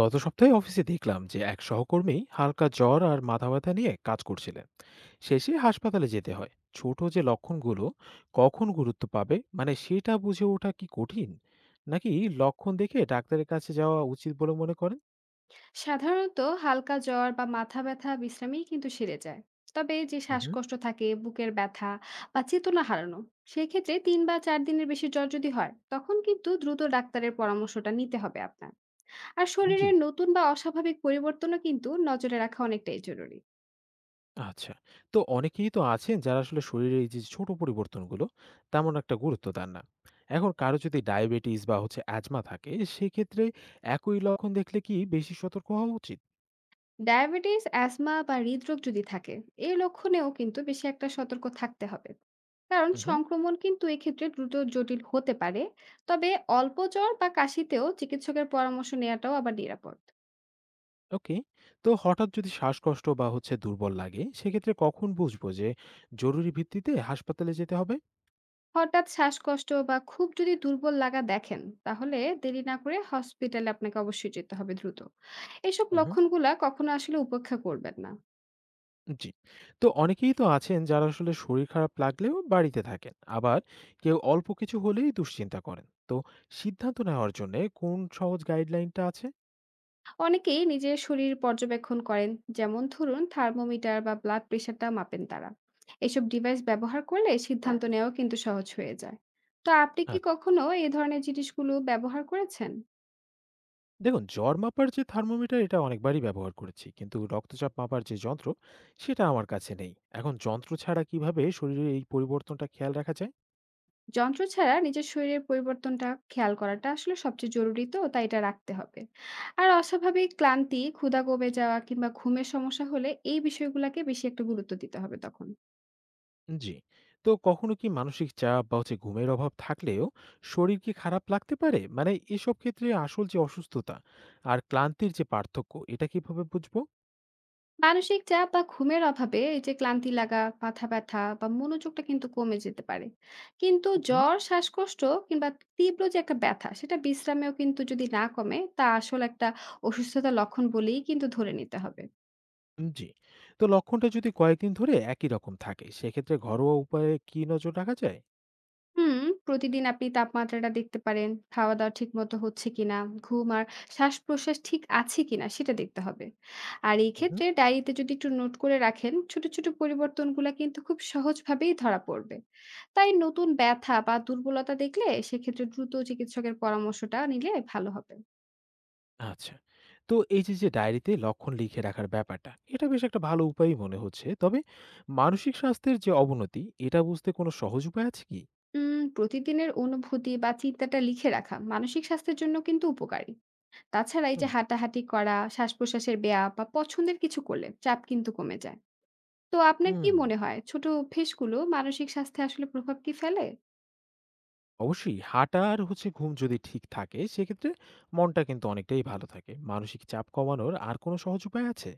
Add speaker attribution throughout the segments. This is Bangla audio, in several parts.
Speaker 1: গত সপ্তাহে অফিসে দেখলাম যে এক সহকর্মী হালকা জ্বর আর মাথা ব্যথা নিয়ে কাজ করছিলেন। শেষে হাসপাতালে যেতে হয়। ছোট যে লক্ষণগুলো কখন গুরুত্ব পাবে, মানে সেটা বুঝে ওঠা কি কঠিন, নাকি লক্ষণ দেখে ডাক্তারের কাছে যাওয়া উচিত বলে মনে করেন?
Speaker 2: সাধারণত হালকা জ্বর বা মাথা ব্যথা বিশ্রামেই কিন্তু সেরে যায়। তবে যে
Speaker 1: হুম।
Speaker 2: শ্বাসকষ্ট থাকে, বুকের ব্যথা বা চেতনা হারানো, সেই ক্ষেত্রে 3 বা 4 দিনের বেশি জ্বর যদি হয় তখন কিন্তু দ্রুত ডাক্তারের পরামর্শটা নিতে হবে আপনার। আর
Speaker 1: জি।
Speaker 2: শরীরের নতুন বা অস্বাভাবিক পরিবর্তনও কিন্তু নজরে রাখা অনেকটাই জরুরি।
Speaker 1: আচ্ছা। তো অনেকেই তো আছেন যারা আসলে শরীরের এই যে ছোট পরিবর্তনগুলো তেমন একটা গুরুত্ব দেন না। এখন কারো যদি ডায়াবেটিস বা অ্যাজমা থাকে, সেক্ষেত্রে একই লক্ষণ দেখলে কি বেশি সতর্ক হওয়া উচিত?
Speaker 2: ডায়াবেটিস, অ্যাজমা বা হৃদরোগ যদি থাকে, এই লক্ষণেও কিন্তু বেশি একটা সতর্ক থাকতে হবে, কারণ সংক্রমণ কিন্তু এক্ষেত্রে দ্রুত জটিল হতে পারে। তবে অল্প জ্বর বা কাশিতেও চিকিৎসকের পরামর্শ নেওয়াটাও আবার নিরাপদ।
Speaker 1: ওকে। তো হঠাৎ যদি শ্বাসকষ্ট বা দুর্বল লাগে, সেক্ষেত্রে কখন বুঝবো যে জরুরি ভিত্তিতে হাসপাতালে যেতে হবে?
Speaker 2: হঠাৎ শ্বাসকষ্ট বা খুব যদি দুর্বল লাগা দেখেন, তাহলে দেরি না করে হসপিটালে আপনাকে অবশ্যই যেতে হবে দ্রুত। এসব
Speaker 1: হুম, হুম।
Speaker 2: লক্ষণগুলা কখনো আসলে উপেক্ষা করবেন না।
Speaker 1: জি। তো অনেকেই তো আছেন যারা আসলে শরীর খারাপ লাগলেও বাড়িতে থাকেন। আবার কেউ অল্প কিছু হলেই দুশ্চিন্তা করেন। তো সিদ্ধান্ত নেওয়ার জন্যে কোন সহজ গাইডলাইনটা আছে?
Speaker 2: অনেকেই নিজের শরীর পর্যবেক্ষণ করেন, যেমন ধরুন থার্মোমিটার বা ব্লাড প্রেশারটা মাপেন তারা। এসব ডিভাইস ব্যবহার করলে সিদ্ধান্ত নেওয়া কিন্তু সহজ হয়ে যায়। তো আপনি কি
Speaker 1: আচ্ছা।
Speaker 2: কখনো এই ধরনের জিনিসগুলো ব্যবহার করেছেন?
Speaker 1: দেখুন, জ্বর মাপার যে থার্মোমিটার এটা অনেকবারই ব্যবহার করেছি। কিন্তু রক্তচাপ মাপার যে যন্ত্র, সেটা আমার কাছে নেই। এখন যন্ত্র ছাড়া কিভাবে শরীরের এই পরিবর্তনটা খেয়াল রাখা যায়?
Speaker 2: যন্ত্র ছাড়া নিজের শরীরের পরিবর্তনটা খেয়াল করাটা আসলে সবচেয়ে জরুরি, তো তাই এটা রাখতে হবে। আর অস্বাভাবিক ক্লান্তি, ক্ষুধা কমে যাওয়া কিংবা ঘুমের সমস্যা হলে এই বিষয়গুলোকে বেশি একটা গুরুত্ব দিতে হবে তখন।
Speaker 1: জি। তো কখনো কি মানসিক চাপ বা ঘুমের অভাব থাকলেও শরীর কি খারাপ লাগতে পারে? মানে এসব ক্ষেত্রে আসল যে অসুস্থতা আর ক্লান্তির যে পার্থক্য, এটা কিভাবে বুঝবো?
Speaker 2: মানসিক চাপ বা ঘুমের অভাবে এই যে ক্লান্তি লাগা, মাথা ব্যথা বা মনোযোগটা কিন্তু কমে যেতে পারে। কিন্তু
Speaker 1: উহুম।
Speaker 2: জ্বর, শ্বাসকষ্ট কিংবা তীব্র যে একটা ব্যথা সেটা বিশ্রামেও কিন্তু যদি না কমে, তা আসল একটা অসুস্থতার লক্ষণ বলেই কিন্তু ধরে নিতে হবে।
Speaker 1: জি। তো লক্ষণটা যদি কয়েকদিন ধরে একই রকম থাকে, সেক্ষেত্রে ঘরোয়া উপায়ে কি নজর রাখা যায়?
Speaker 2: হুম, প্রতিদিন আপনি তাপমাত্রাটা দেখতে পারেন, খাওয়া-দাওয়া ঠিকমতো হচ্ছে কিনা, ঘুম আর শ্বাস-প্রশ্বাস ঠিক আছে কিনা সেটা দেখতে হবে। আর এই
Speaker 1: উহুম।
Speaker 2: ক্ষেত্রে ডায়েরিতে যদি একটু নোট করে রাখেন, ছোট, ছোট পরিবর্তনগুলা কিন্তু খুব সহজভাবেই ধরা পড়বে। তাই নতুন ব্যথা বা দুর্বলতা দেখলে সেক্ষেত্রে দ্রুত চিকিৎসকের পরামর্শটা নিলে ভালো হবে।
Speaker 1: আচ্ছা। তো এই যে, যে ডায়েরিতে লক্ষণ লিখে রাখার ব্যাপারটা, এটা বেশ একটা ভালো উপায়ই মনে হচ্ছে। তবে মানসিক স্বাস্থ্যের যে অবনতি, এটা বুঝতে কোনো সহজ উপায় আছে কি?
Speaker 2: প্রতিদিনের অনুভূতি বা চিন্তাটা লিখে রাখা মানসিক স্বাস্থ্যের জন্য কিন্তু উপকারী। তাছাড়া এই যে
Speaker 1: হুম,
Speaker 2: হাঁটাহাঁটি করা, শ্বাস-প্রশ্বাসের ব্যায়াম বা পছন্দের কিছু করলে চাপ কিন্তু কমে যায়। তো আপনার কি
Speaker 1: হুম।
Speaker 2: মনে হয় ছোট অভ্যেসগুলো মানসিক স্বাস্থ্যে আসলে প্রভাব কি ফেলে?
Speaker 1: অবশ্যই হাঁটা আর হচ্ছে ঘুম যদি ঠিক থাকে, সেক্ষেত্রে মনটা কিন্তু অনেকটাই ভালো থাকে। মানসিক চাপ কমানোর আর কোনো সহজ উপায় আছে?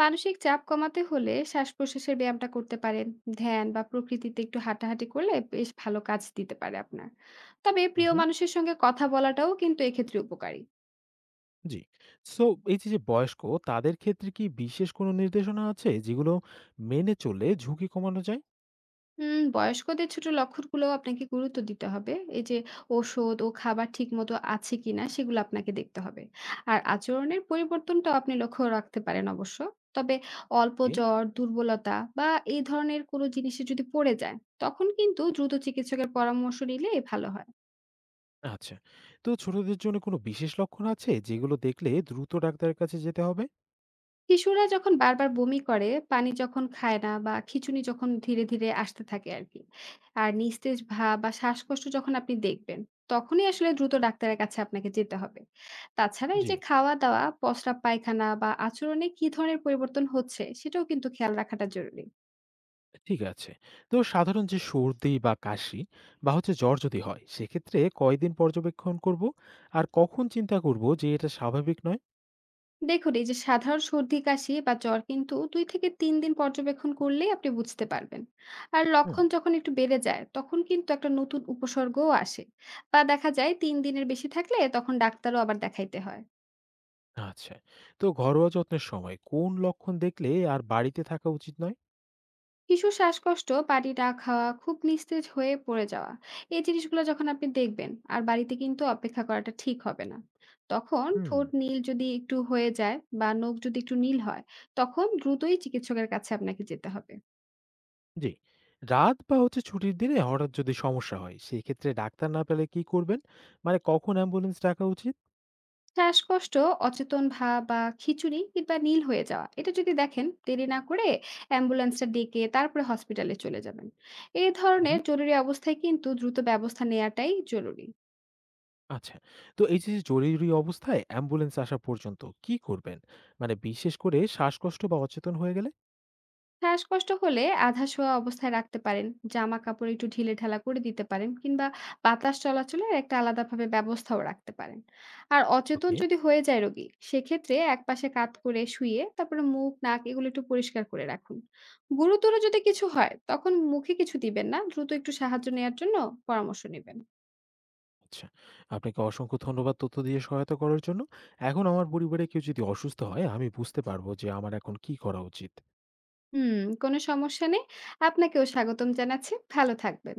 Speaker 2: মানসিক চাপ কমাতে হলে শ্বাস-প্রশ্বাসের ব্যায়ামটা করতে পারেন। ধ্যান বা প্রকৃতিতে একটু হাঁটাহাঁটি করলে বেশ ভালো কাজ দিতে পারে আপনার। তবে প্রিয়
Speaker 1: উহু।
Speaker 2: মানুষের সঙ্গে কথা বলাটাও কিন্তু এক্ষেত্রে উপকারী।
Speaker 1: জি। সো এই যে, যে বয়স্ক, তাদের ক্ষেত্রে কি বিশেষ কোনো নির্দেশনা আছে যেগুলো মেনে চললে ঝুঁকি কমানো যায়?
Speaker 2: হুম, বয়স্কদের ছোট লক্ষণগুলো আপনাকে গুরুত্ব দিতে হবে। এই যে ওষুধ ও খাবার ঠিকমতো আছে কিনা সেগুলো আপনাকে দেখতে হবে। আর আচরণের পরিবর্তনটাও আপনি লক্ষ্য রাখতে পারেন অবশ্য। তবে অল্প
Speaker 1: এ।
Speaker 2: জ্বর, দুর্বলতা বা এই ধরনের কোনো জিনিসে যদি পড়ে যায়, তখন কিন্তু দ্রুত চিকিৎসকের পরামর্শ নিলে ভালো হয়।
Speaker 1: আচ্ছা। তো ছোটদের জন্য কোনো বিশেষ লক্ষণ আছে যেগুলো দেখলে দ্রুত ডাক্তারের কাছে যেতে হবে?
Speaker 2: শিশুরা যখন বারবার বমি করে, পানি যখন খায় না বা খিঁচুনি যখন ধীরে, ধীরে আসতে থাকে আরকি। আর নিস্তেজ ভাব বা শ্বাসকষ্ট যখন আপনি দেখবেন, তখনই আসলে দ্রুত ডাক্তারের কাছে আপনাকে যেতে হবে। তাছাড়া এই
Speaker 1: জি।
Speaker 2: যে খাওয়া-দাওয়া, পসরা পায়খানা বা আচরণে কি ধরনের পরিবর্তন হচ্ছে, সেটাও কিন্তু খেয়াল রাখাটা জরুরি।
Speaker 1: ঠিক আছে। তো সাধারণ যে সর্দি বা কাশি বা জ্বর যদি হয়, সেক্ষেত্রে কয়দিন পর্যবেক্ষণ করব আর কখন চিন্তা করব যে এটা স্বাভাবিক নয়?
Speaker 2: দেখুন, এই যে সাধারণ সর্দি কাশি বা জ্বর কিন্তু 2 থেকে 3 দিন পর্যবেক্ষণ করলেই আপনি বুঝতে পারবেন। আর
Speaker 1: হুম।
Speaker 2: লক্ষণ যখন একটু বেড়ে যায় তখন কিন্তু একটা নতুন উপসর্গও আসে, বা দেখা যায় 3 দিনের বেশি থাকলে, তখন ডাক্তারও আবার দেখাইতে হয়।
Speaker 1: আচ্ছা। তো ঘরোয়া যত্নের সময় কোন লক্ষণ দেখলে আর বাড়িতে থাকা উচিত নয়?
Speaker 2: শিশু শ্বাসকষ্ট, পানি না খাওয়া, খুব নিস্তেজ হয়ে পড়ে যাওয়া, এই জিনিসগুলো যখন আপনি দেখবেন, আর বাড়িতে কিন্তু অপেক্ষা করাটা ঠিক হবে না। তখন
Speaker 1: হুম।
Speaker 2: ঠোঁট নীল যদি একটু হয়ে যায় বা নখ যদি একটু নীল হয়, তখন দ্রুতই চিকিৎসকের কাছে আপনাকে যেতে হবে।
Speaker 1: জি। রাত বা ছুটির দিনে হঠাৎ যদি সমস্যা হয়, সেই ক্ষেত্রে ডাক্তার না পেলে কি করবেন? মানে কখন অ্যাম্বুলেন্স ডাকা উচিত?
Speaker 2: শ্বাসকষ্ট, অচেতন ভাব বা খিচুড়ি কিংবা নীল হয়ে যাওয়া এটা যদি দেখেন, দেরি না করে অ্যাম্বুলেন্সটা ডেকে তারপরে হসপিটালে চলে যাবেন। এই ধরনের
Speaker 1: হুম।
Speaker 2: জরুরি অবস্থায় কিন্তু দ্রুত ব্যবস্থা নেওয়াটাই জরুরি।
Speaker 1: আচ্ছা। তো এই যে জরুরি অবস্থায় অ্যাম্বুলেন্স আসা পর্যন্ত কি করবেন, মানে বিশেষ করে শ্বাসকষ্ট বা অচেতন হয়ে গেলে?
Speaker 2: শ্বাসকষ্ট হলে আধা শোয়া অবস্থায় রাখতে পারেন, জামা কাপড় একটু ঢিলেঢালা করে দিতে পারেন কিংবা বাতাস চলাচলের একটা আলাদাভাবে ব্যবস্থাও রাখতে পারেন। আর অচেতন
Speaker 1: ওকে,
Speaker 2: যদি হয়ে যায় রোগী, সেক্ষেত্রে একপাশে কাত করে শুইয়ে তারপরে মুখ, নাক এগুলো একটু পরিষ্কার করে রাখুন। গুরুতর যদি কিছু হয় তখন মুখে কিছু দিবেন না, দ্রুত একটু সাহায্য নেয়ার জন্য পরামর্শ নিবেন।
Speaker 1: আচ্ছা। আপনাকে অসংখ্য ধন্যবাদ তথ্য দিয়ে সহায়তা করার জন্য। এখন আমার পরিবারে কেউ যদি অসুস্থ হয়, আমি বুঝতে পারবো যে আমার এখন কী করা উচিত।
Speaker 2: হুম, কোনো সমস্যা নেই। আপনাকেও স্বাগতম জানাচ্ছি। ভালো থাকবেন।